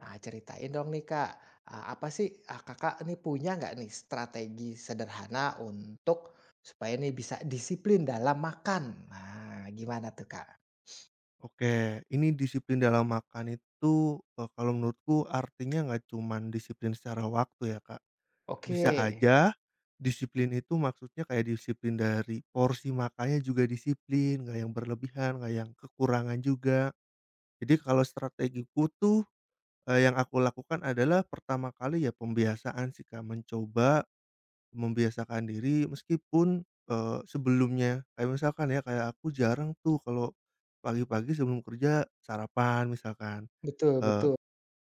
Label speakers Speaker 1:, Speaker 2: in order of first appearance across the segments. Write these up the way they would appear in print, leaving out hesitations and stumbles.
Speaker 1: Nah, ceritain dong nih Kak, apa sih, Kakak nih punya nggak nih strategi sederhana untuk supaya nih bisa disiplin dalam makan? Nah, gimana tuh Kak?
Speaker 2: Oke, ini disiplin dalam makan itu, kalau menurutku artinya nggak cuman disiplin secara waktu ya, Kak.
Speaker 1: Oke,
Speaker 2: Bisa aja disiplin itu maksudnya kayak disiplin dari porsi makannya juga disiplin, nggak yang berlebihan, nggak yang kekurangan juga. Jadi kalau strategiku tuh, yang aku lakukan adalah pertama kali ya pembiasaan sih, Kak, mencoba membiasakan diri meskipun, sebelumnya kayak misalkan ya, kayak aku jarang tuh kalau pagi-pagi sebelum kerja sarapan misalkan,
Speaker 1: betul
Speaker 2: eee,
Speaker 1: betul,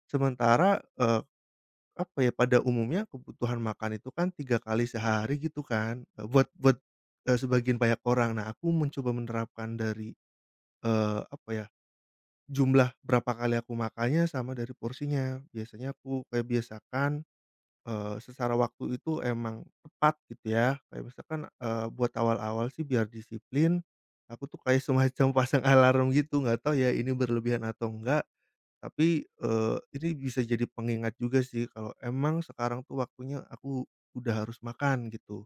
Speaker 2: sementara, apa ya, pada umumnya kebutuhan makan itu kan 3 kali sehari gitu kan, buat buat, sebagian banyak orang. Nah, aku mencoba menerapkan dari, apa ya, jumlah berapa kali aku makannya sama dari porsinya. Biasanya aku kayak biasakan. Secara waktu itu emang tepat gitu ya, kayak misalkan, buat awal-awal sih biar disiplin, aku tuh kayak semacam pasang alarm gitu, nggak tahu ya ini berlebihan atau enggak, tapi, ini bisa jadi pengingat juga sih kalau emang sekarang tuh waktunya aku udah harus makan gitu.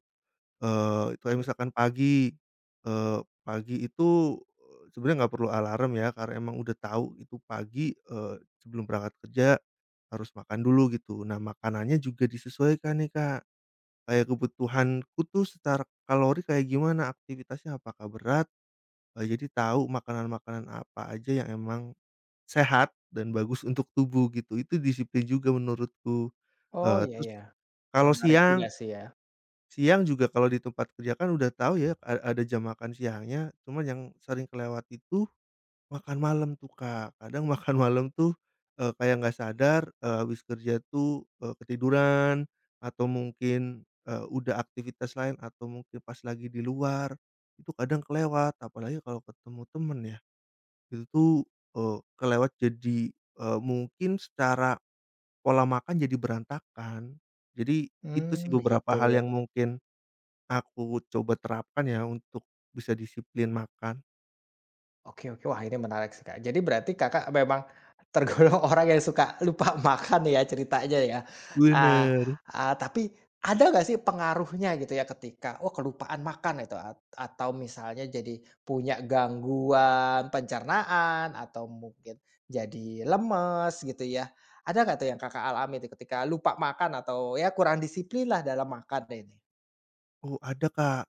Speaker 2: Itu kayak
Speaker 1: oke.
Speaker 2: misalkan pagi, eee, pagi itu, sebenarnya nggak perlu alarm ya, karena emang udah tahu itu pagi, sebelum berangkat kerja harus makan dulu gitu. Nah, makanannya juga disesuaikan nih, Kak. Kayak kebutuhanku tuh secara kalori kayak gimana, aktivitasnya apakah berat, jadi tahu makanan-makanan apa aja yang emang sehat dan bagus untuk tubuh gitu. Itu disiplin juga menurutku.
Speaker 1: Oh, iya
Speaker 2: Terus
Speaker 1: ya,
Speaker 2: kalau
Speaker 1: menarik juga
Speaker 2: siang,
Speaker 1: sih ya.
Speaker 2: siang juga kalau di tempat kerja kan udah tahu ya, ada jam makan siangnya, cuman yang sering kelewat itu makan malam tuh, Kak. Kadang makan malam tuh, kayak nggak sadar, habis kerja tuh, ketiduran atau mungkin, udah aktivitas lain atau mungkin pas lagi di luar, itu kadang kelewat, apalagi kalau ketemu temen ya. Itu tuh, kelewat jadi, mungkin secara pola makan jadi berantakan. Jadi itu sih
Speaker 1: Hmm, begitu
Speaker 2: beberapa hal
Speaker 1: ya.
Speaker 2: yang mungkin aku coba terapkan ya untuk bisa disiplin makan.
Speaker 1: Oke oke. Wah, ini menarik sih, Kak. Jadi berarti Kakak memang tergolong orang yang suka lupa makan ya ceritanya ya. Nah,
Speaker 2: Bener.
Speaker 1: Tapi ada nggak sih pengaruhnya gitu ya ketika, oh kelupaan makan itu atau misalnya jadi punya gangguan pencernaan atau mungkin jadi lemes gitu ya. Ada nggak tuh yang Kakak alami tuh ketika lupa makan atau ya kurang disiplin lah dalam makan ini?
Speaker 2: Oh, ada, Kak.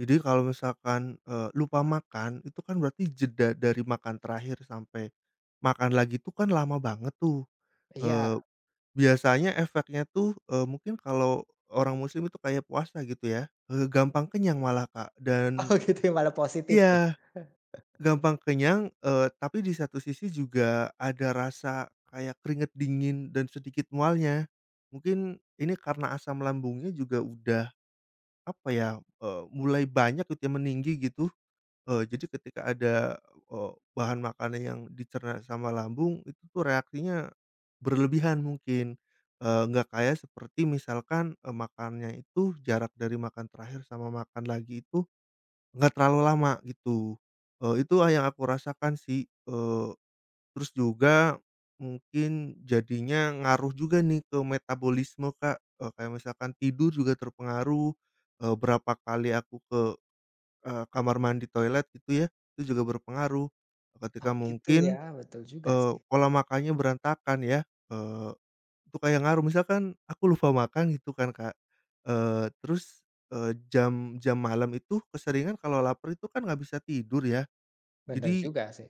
Speaker 2: Jadi kalau misalkan, lupa makan itu kan berarti jeda dari makan terakhir sampai makan lagi itu kan lama banget tuh,
Speaker 1: Iya.
Speaker 2: eee, biasanya efeknya tuh, mungkin kalau orang muslim itu kayak puasa gitu ya, gampang kenyang malah, Kak,
Speaker 1: Oh
Speaker 2: dan
Speaker 1: gitu ya, malah positif ya.
Speaker 2: iya. Gampang kenyang, tapi di satu sisi juga ada rasa kayak keringat dingin dan sedikit mualnya. Mungkin ini karena asam lambungnya juga udah, apa ya, mulai banyak gitu ya, meninggi gitu. Jadi ketika ada, eee, bahan makanan yang dicerna sama lambung, itu tuh reaksinya berlebihan mungkin. Nggak kayak seperti misalkan, makannya itu jarak dari makan terakhir sama makan lagi itu nggak terlalu lama gitu, itu yang aku rasakan sih, terus juga mungkin jadinya ngaruh juga nih ke metabolisme, Kak, kayak misalkan tidur juga terpengaruh, berapa kali aku ke, kamar mandi toilet gitu ya, itu juga berpengaruh, ketika
Speaker 1: Oh gitu ya,
Speaker 2: mungkin,
Speaker 1: betul juga sih.
Speaker 2: pola makannya berantakan ya, eee itu kayak ngaruh misalkan aku lupa makan gitu kan, Kak, terus, jam jam malam itu keseringan kalau laper itu kan nggak bisa tidur ya.
Speaker 1: Bener
Speaker 2: Jadi
Speaker 1: juga sih.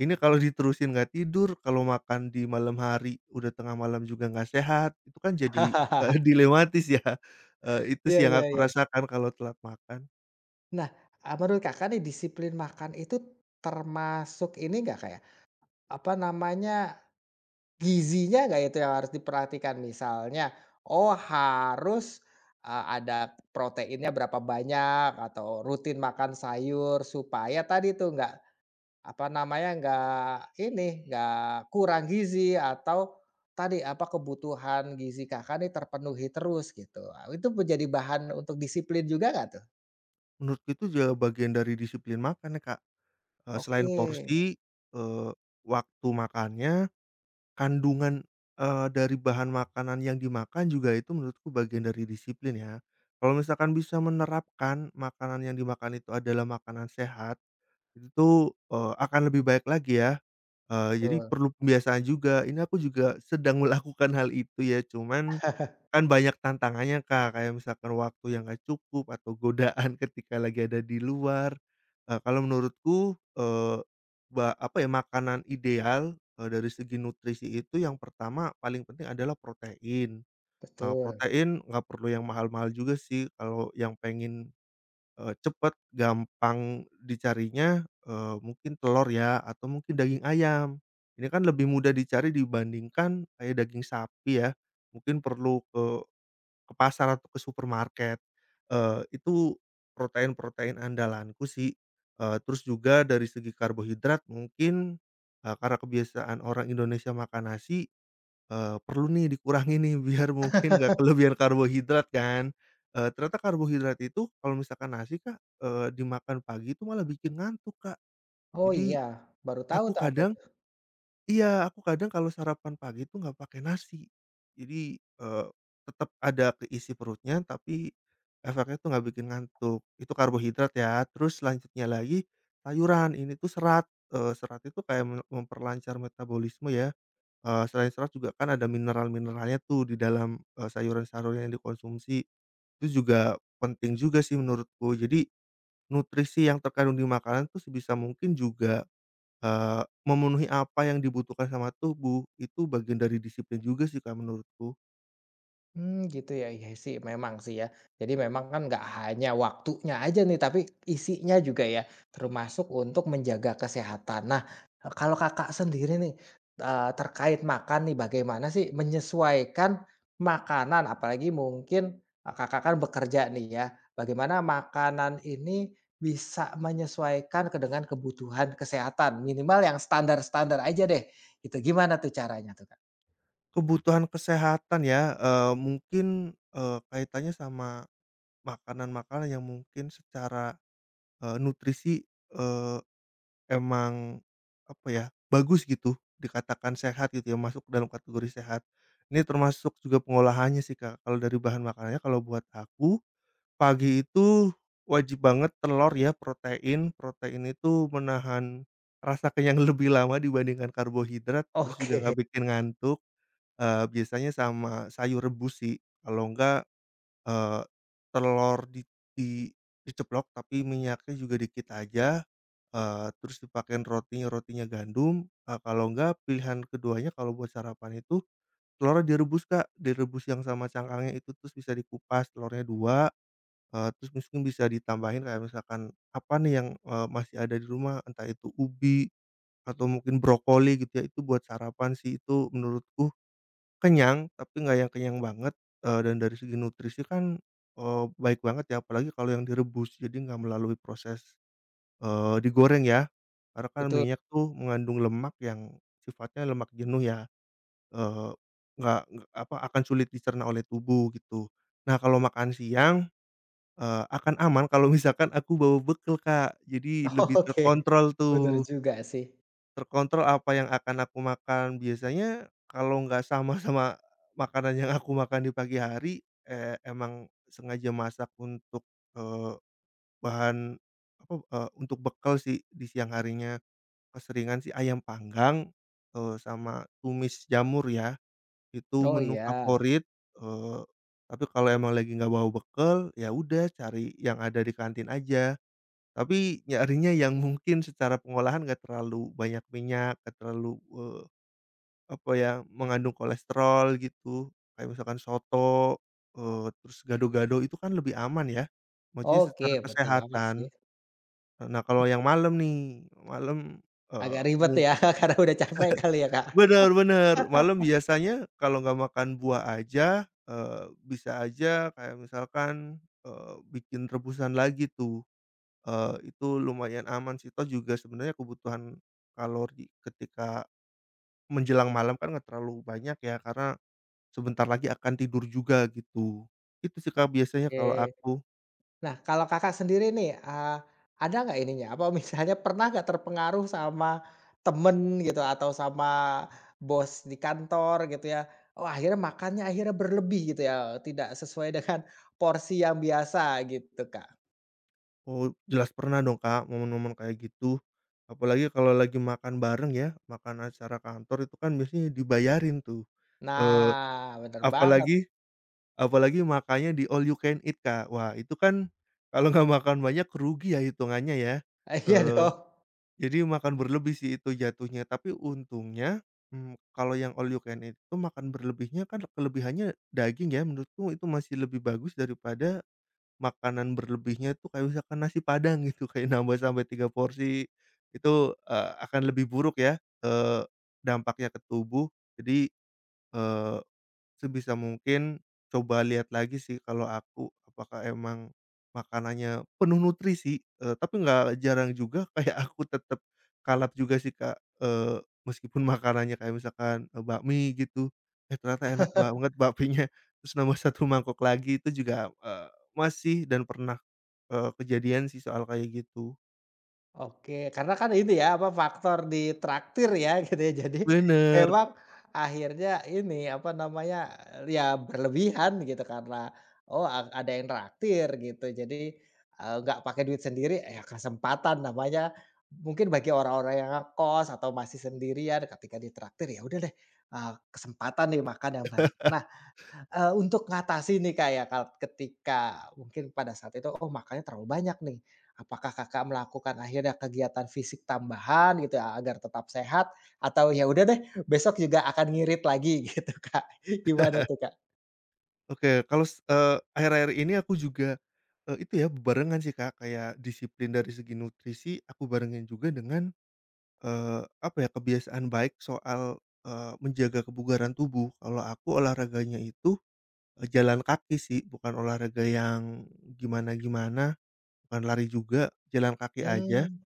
Speaker 2: ini kalau diterusin nggak tidur, kalau makan di malam hari, udah tengah malam juga nggak sehat, itu kan jadi, dilematis ya, itu
Speaker 1: Iya
Speaker 2: sih yang
Speaker 1: iya
Speaker 2: aku
Speaker 1: iya.
Speaker 2: rasakan kalau telat makan.
Speaker 1: Nah, menurut Kakak nih disiplin makan itu termasuk ini nggak kayak apa namanya, gizinya nggak itu yang harus diperhatikan? Misalnya, oh harus, ada proteinnya berapa banyak atau rutin makan sayur supaya tadi tuh nggak, apa namanya, nggak ini, nggak kurang gizi atau tadi, apa, kebutuhan gizi Kakak nih terpenuhi terus gitu. Itu menjadi bahan untuk disiplin juga nggak tuh?
Speaker 2: Menurutku itu juga bagian dari disiplin makan ya, Kak, selain
Speaker 1: Oke,
Speaker 2: porsi, eee, waktu makannya, kandungan, dari bahan makanan yang dimakan juga itu menurutku bagian dari disiplin ya. Kalau misalkan bisa menerapkan makanan yang dimakan itu adalah makanan sehat, itu tuh, akan lebih baik lagi ya. Jadi
Speaker 1: betul
Speaker 2: perlu pembiasaan juga. Ini aku juga sedang melakukan hal itu ya, cuman kan banyak tantangannya, Kak, kayak misalkan waktu yang nggak cukup atau godaan ketika lagi ada di luar. Kalau menurutku, apa ya, makanan ideal, dari segi nutrisi itu yang pertama paling penting adalah protein.
Speaker 1: betul.
Speaker 2: Protein nggak perlu yang mahal-mahal juga sih kalau yang pengen, cepet, gampang dicarinya, mungkin telur ya atau mungkin daging ayam. Ini kan lebih mudah dicari dibandingkan kayak daging sapi ya, mungkin perlu ke pasar atau ke supermarket. Itu protein-protein andalanku sih, terus juga dari segi karbohidrat mungkin, karena kebiasaan orang Indonesia makan nasi, perlu nih dikurangi nih biar mungkin nggak kelebihan karbohidrat kan, ternyata karbohidrat itu kalau misalkan nasi, Kak, dimakan pagi itu malah bikin ngantuk, Kak.
Speaker 1: Oh
Speaker 2: Jadi
Speaker 1: iya, baru tahu
Speaker 2: aku
Speaker 1: tuh aku.
Speaker 2: kadang, iya, aku kadang kalau sarapan pagi itu nggak pakai nasi. Jadi, tetap ada keisi perutnya tapi efeknya tuh nggak bikin ngantuk, itu karbohidrat ya. Terus selanjutnya lagi sayuran, ini tuh serat, serat itu kayak memperlancar metabolisme ya. Selain serat juga kan ada mineral-mineralnya tuh di dalam, sayuran-sayuran yang dikonsumsi. Itu juga penting juga sih menurutku. Jadi nutrisi yang terkandung di makanan tuh sebisa mungkin juga, memenuhi apa yang dibutuhkan sama tubuh. Itu bagian dari disiplin juga sih, Kak, menurutku.
Speaker 1: Hmm, gitu ya, iya sih memang sih ya. Jadi memang kan nggak hanya waktunya aja nih, tapi isinya juga ya, termasuk untuk menjaga kesehatan. Nah, kalau Kakak sendiri nih, terkait makan nih, bagaimana sih menyesuaikan makanan? Apalagi mungkin, Kakak kan bekerja nih ya, bagaimana makanan ini bisa menyesuaikan ke dengan kebutuhan kesehatan, minimal yang standar-standar aja deh, itu gimana tuh caranya tuh, Kak?
Speaker 2: Kebutuhan kesehatan ya, mungkin, kaitannya sama makanan-makanan yang mungkin secara, nutrisi, eee emang, apa ya, bagus gitu, dikatakan sehat gitu ya, masuk dalam kategori sehat. Ini termasuk juga pengolahannya sih, Kak, kalau dari bahan makanannya kalau buat aku, pagi itu wajib banget telur ya, protein. Protein itu menahan rasa kenyang lebih lama dibandingkan karbohidrat, terus juga nggak
Speaker 1: Oke.
Speaker 2: bikin ngantuk, biasanya sama sayur rebus sih, kalau enggak, eee, telur di diceplok tapi minyaknya juga dikit aja. Terus dipakein rotinya, rotinya gandum, kalau enggak pilihan keduanya kalau buat sarapan itu telurnya direbus, Kak, direbus yang sama cangkangnya itu terus bisa dikupas telurnya dua, terus mungkin bisa ditambahin kayak misalkan apa nih yang, masih ada di rumah, entah itu ubi atau mungkin brokoli gitu ya, itu buat sarapan sih itu menurutku kenyang, tapi nggak yang kenyang banget, dan dari segi nutrisi kan, baik banget ya apalagi kalau yang direbus jadi nggak melalui proses, digoreng ya, karena kan
Speaker 1: Betul.
Speaker 2: minyak tuh mengandung lemak yang sifatnya lemak jenuh ya, eee, nggak apa, akan sulit dicerna oleh tubuh gitu. Nah kalau makan siang, akan aman kalau misalkan aku bawa bekal, Kak, jadi lebih
Speaker 1: Oke,
Speaker 2: terkontrol
Speaker 1: bener
Speaker 2: tuh,
Speaker 1: juga sih.
Speaker 2: terkontrol apa yang akan aku makan. Biasanya kalau nggak sama sama makanan yang aku makan di pagi hari, emang sengaja masak untuk, eee, bahan apa, untuk bekal sih di siang harinya. Keseringan sih ayam panggang, sama tumis jamur ya, itu
Speaker 1: Oh
Speaker 2: menu
Speaker 1: iya,
Speaker 2: favorit, eee, tapi kalau emang lagi nggak bawa bekal, ya udah cari yang ada di kantin aja. Tapi nyarinya yang mungkin secara pengolahan nggak terlalu banyak minyak, nggak terlalu, apa ya, mengandung kolesterol gitu, kayak misalkan soto, terus gado-gado itu kan lebih aman ya, maksudnya
Speaker 1: oke
Speaker 2: secara
Speaker 1: betul banget
Speaker 2: kesehatan.
Speaker 1: sih.
Speaker 2: Nah, kalau yang malam nih, malam, eee,
Speaker 1: Agak ribet
Speaker 2: mu
Speaker 1: ya karena udah capek kali ya, Kak.
Speaker 2: Bener, bener. Malam biasanya kalau nggak makan buah aja, bisa aja kayak misalkan, bikin rebusan lagi tuh, itu lumayan aman sih, toh juga sebenarnya kebutuhan kalori ketika menjelang malam kan nggak terlalu banyak ya, karena sebentar lagi akan tidur juga gitu. Itu sih, Kak, biasanya kalau
Speaker 1: Oke.
Speaker 2: aku.
Speaker 1: Nah kalau Kakak sendiri nih, ada nggak ininya, apa misalnya pernah nggak terpengaruh sama temen gitu atau sama bos di kantor gitu ya, oh akhirnya makannya akhirnya berlebih gitu ya, tidak sesuai dengan porsi yang biasa gitu, Kak.
Speaker 2: Oh, jelas pernah dong, Kak, momen-momen kayak gitu. Apalagi kalau lagi makan bareng ya, makan acara kantor itu kan biasanya dibayarin tuh. eee
Speaker 1: Nah bener banget.
Speaker 2: Apalagi, apalagi makannya di all you can eat, Kak. Wah, itu kan kalau nggak makan banyak rugi ya hitungannya ya,
Speaker 1: Iya
Speaker 2: eee,
Speaker 1: dong.
Speaker 2: jadi makan berlebih sih itu jatuhnya. Tapi untungnya, kalau yang all you can eat itu makan berlebihnya kan kelebihannya daging ya, menurutku itu masih lebih bagus daripada makanan berlebihnya itu kayak misalkan nasi padang gitu, kayak nambah sampai 3 porsi, itu, akan lebih buruk ya, eee, dampaknya ke tubuh. Jadi, eee sebisa mungkin coba lihat lagi sih kalau aku, apakah emang makanannya penuh nutrisi, tapi nggak jarang juga kayak aku tetap kalap juga sih, Kak, meskipun makanannya kayak misalkan, bakmi gitu, eh, ternyata enak banget bakminya, terus nambah satu mangkok lagi itu juga, masih dan pernah, kejadian sih soal kayak gitu.
Speaker 1: Oke, karena kan ini ya, apa, faktor di traktir ya gitu ya, jadi
Speaker 2: Bener.
Speaker 1: memang akhirnya ini, apa namanya, ya berlebihan gitu karena, oh, ada yang traktir gitu. Jadi, nggak pakai duit sendiri, ya kesempatan namanya. Mungkin bagi orang-orang yang ngekos atau masih sendirian ketika ditraktir, ya udah deh, kesempatan nih makan yang banyak. Nah, untuk ngatasi nih, Kak, ya, ketika mungkin pada saat itu, oh, makannya terlalu banyak nih. Apakah Kakak melakukan akhirnya kegiatan fisik tambahan gitu ya, agar tetap sehat atau ya udah deh besok juga akan ngirit lagi gitu, Kak? Gimana tuh, Kak?
Speaker 2: Oke, kalau akhir-akhir ini aku juga, itu ya barengan sih, Kak, kayak disiplin dari segi nutrisi aku barengin juga dengan, apa ya, kebiasaan baik soal, menjaga kebugaran tubuh. Kalau aku olahraganya itu, jalan kaki sih, bukan olahraga yang gimana-gimana, bukan lari juga, jalan kaki aja.
Speaker 1: Mmm,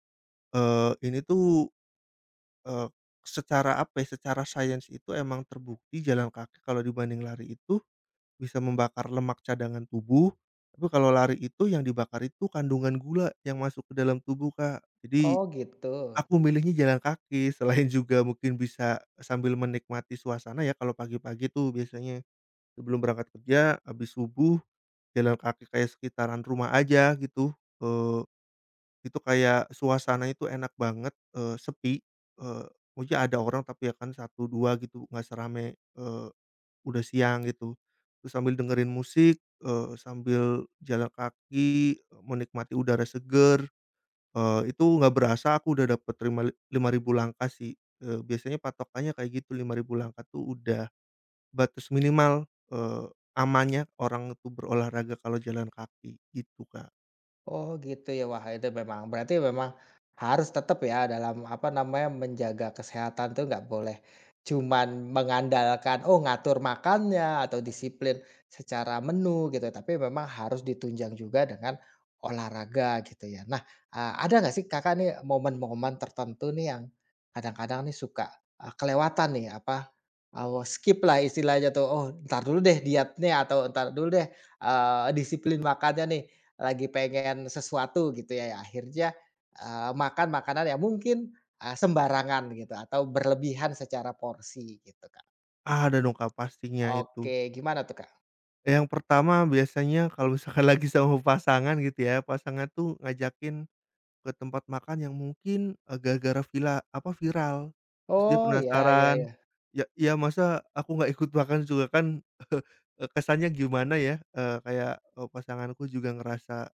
Speaker 2: Ini tuh, eee, secara apa ya, secara sains itu emang terbukti jalan kaki kalau dibanding lari itu bisa membakar lemak cadangan tubuh, tapi kalau lari itu yang dibakar itu kandungan gula yang masuk ke dalam tubuh, Kak. Jadi
Speaker 1: oh gitu.
Speaker 2: aku milihnya jalan kaki, selain juga mungkin bisa sambil menikmati suasana ya kalau pagi-pagi tuh biasanya, sebelum berangkat kerja, habis subuh jalan kaki kayak sekitaran rumah aja gitu, eee, itu kayak suasana itu enak banget, sepi, eee, maksudnya ada orang tapi ya kan satu 2 gitu, nggak serame, eh, udah siang gitu. Terus sambil dengerin musik, sambil jalan kaki, eh, menikmati udara seger, itu nggak berasa aku udah dapet lima li 5.000 langkah sih, biasanya patokannya kayak gitu 5.000 langkah tuh udah batas minimal, eee, amannya orang itu berolahraga kalau jalan kaki gitu, Kak.
Speaker 1: Oh gitu ya, wah itu memang berarti memang harus tetap ya dalam apa namanya menjaga kesehatan tuh nggak boleh cuman mengandalkan oh ngatur makannya atau disiplin secara menu gitu, tapi memang harus ditunjang juga dengan olahraga gitu ya. Nah, ada nggak sih Kakak nih momen-momen tertentu nih yang kadang-kadang nih suka, kelewatan nih apa, skip lah istilahnya tuh, oh ntar dulu deh dietnya atau ntar dulu deh, disiplin makannya nih, lagi pengen sesuatu gitu ya, ya akhirnya, makan makanan yang mungkin, sembarangan gitu atau berlebihan secara porsi gitu, Kak.
Speaker 2: Ada dong, Kak, pastinya itu.
Speaker 1: Oke, gimana tuh, Kak?
Speaker 2: Yang pertama biasanya kalau misalkan lagi sama pasangan gitu ya, pasangan tuh ngajakin ke tempat makan yang mungkin, gara-gara viral. Terus dia
Speaker 1: Oh, ya ya
Speaker 2: penasaran,
Speaker 1: ya.
Speaker 2: ya ya masa aku nggak ikut makan juga kan, kesannya gimana ya, kayak, pasanganku juga ngerasa,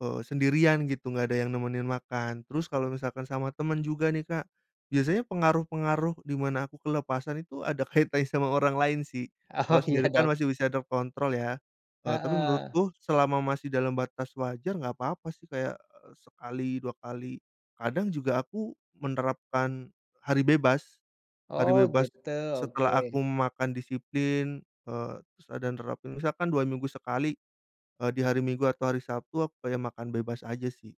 Speaker 2: Sendirian gitu, nggak ada yang nemenin makan. Terus kalau misalkan sama temen juga nih, Kak, biasanya pengaruh-pengaruh di mana aku kelepasan itu ada kaitannya sama orang lain sih. Kalau
Speaker 1: Oh, iya
Speaker 2: sendiri kan
Speaker 1: dong.
Speaker 2: masih bisa terkontrol ya, tapi
Speaker 1: Heeh.
Speaker 2: menurutku selama masih dalam batas wajar nggak apa-apa sih kayak, sekali, 2 kali. Kadang juga aku menerapkan hari bebas, hari
Speaker 1: Oh,
Speaker 2: bebas
Speaker 1: gitu, oke.
Speaker 2: setelah aku makan disiplin, terus ada nerapin misalkan 2 minggu sekali. Di hari Minggu atau hari Sabtu aku kayak makan bebas aja sih.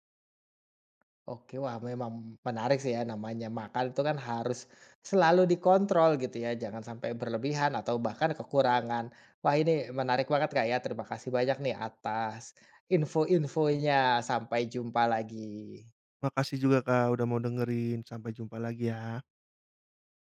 Speaker 1: Oke, wah memang menarik sih ya namanya makan itu kan harus selalu dikontrol gitu ya, jangan sampai berlebihan atau bahkan kekurangan. Wah ini menarik banget Kak ya, terima kasih banyak nih atas info-infonya. Sampai jumpa lagi.
Speaker 2: Makasih juga, Kak, udah mau dengerin. Sampai jumpa lagi ya.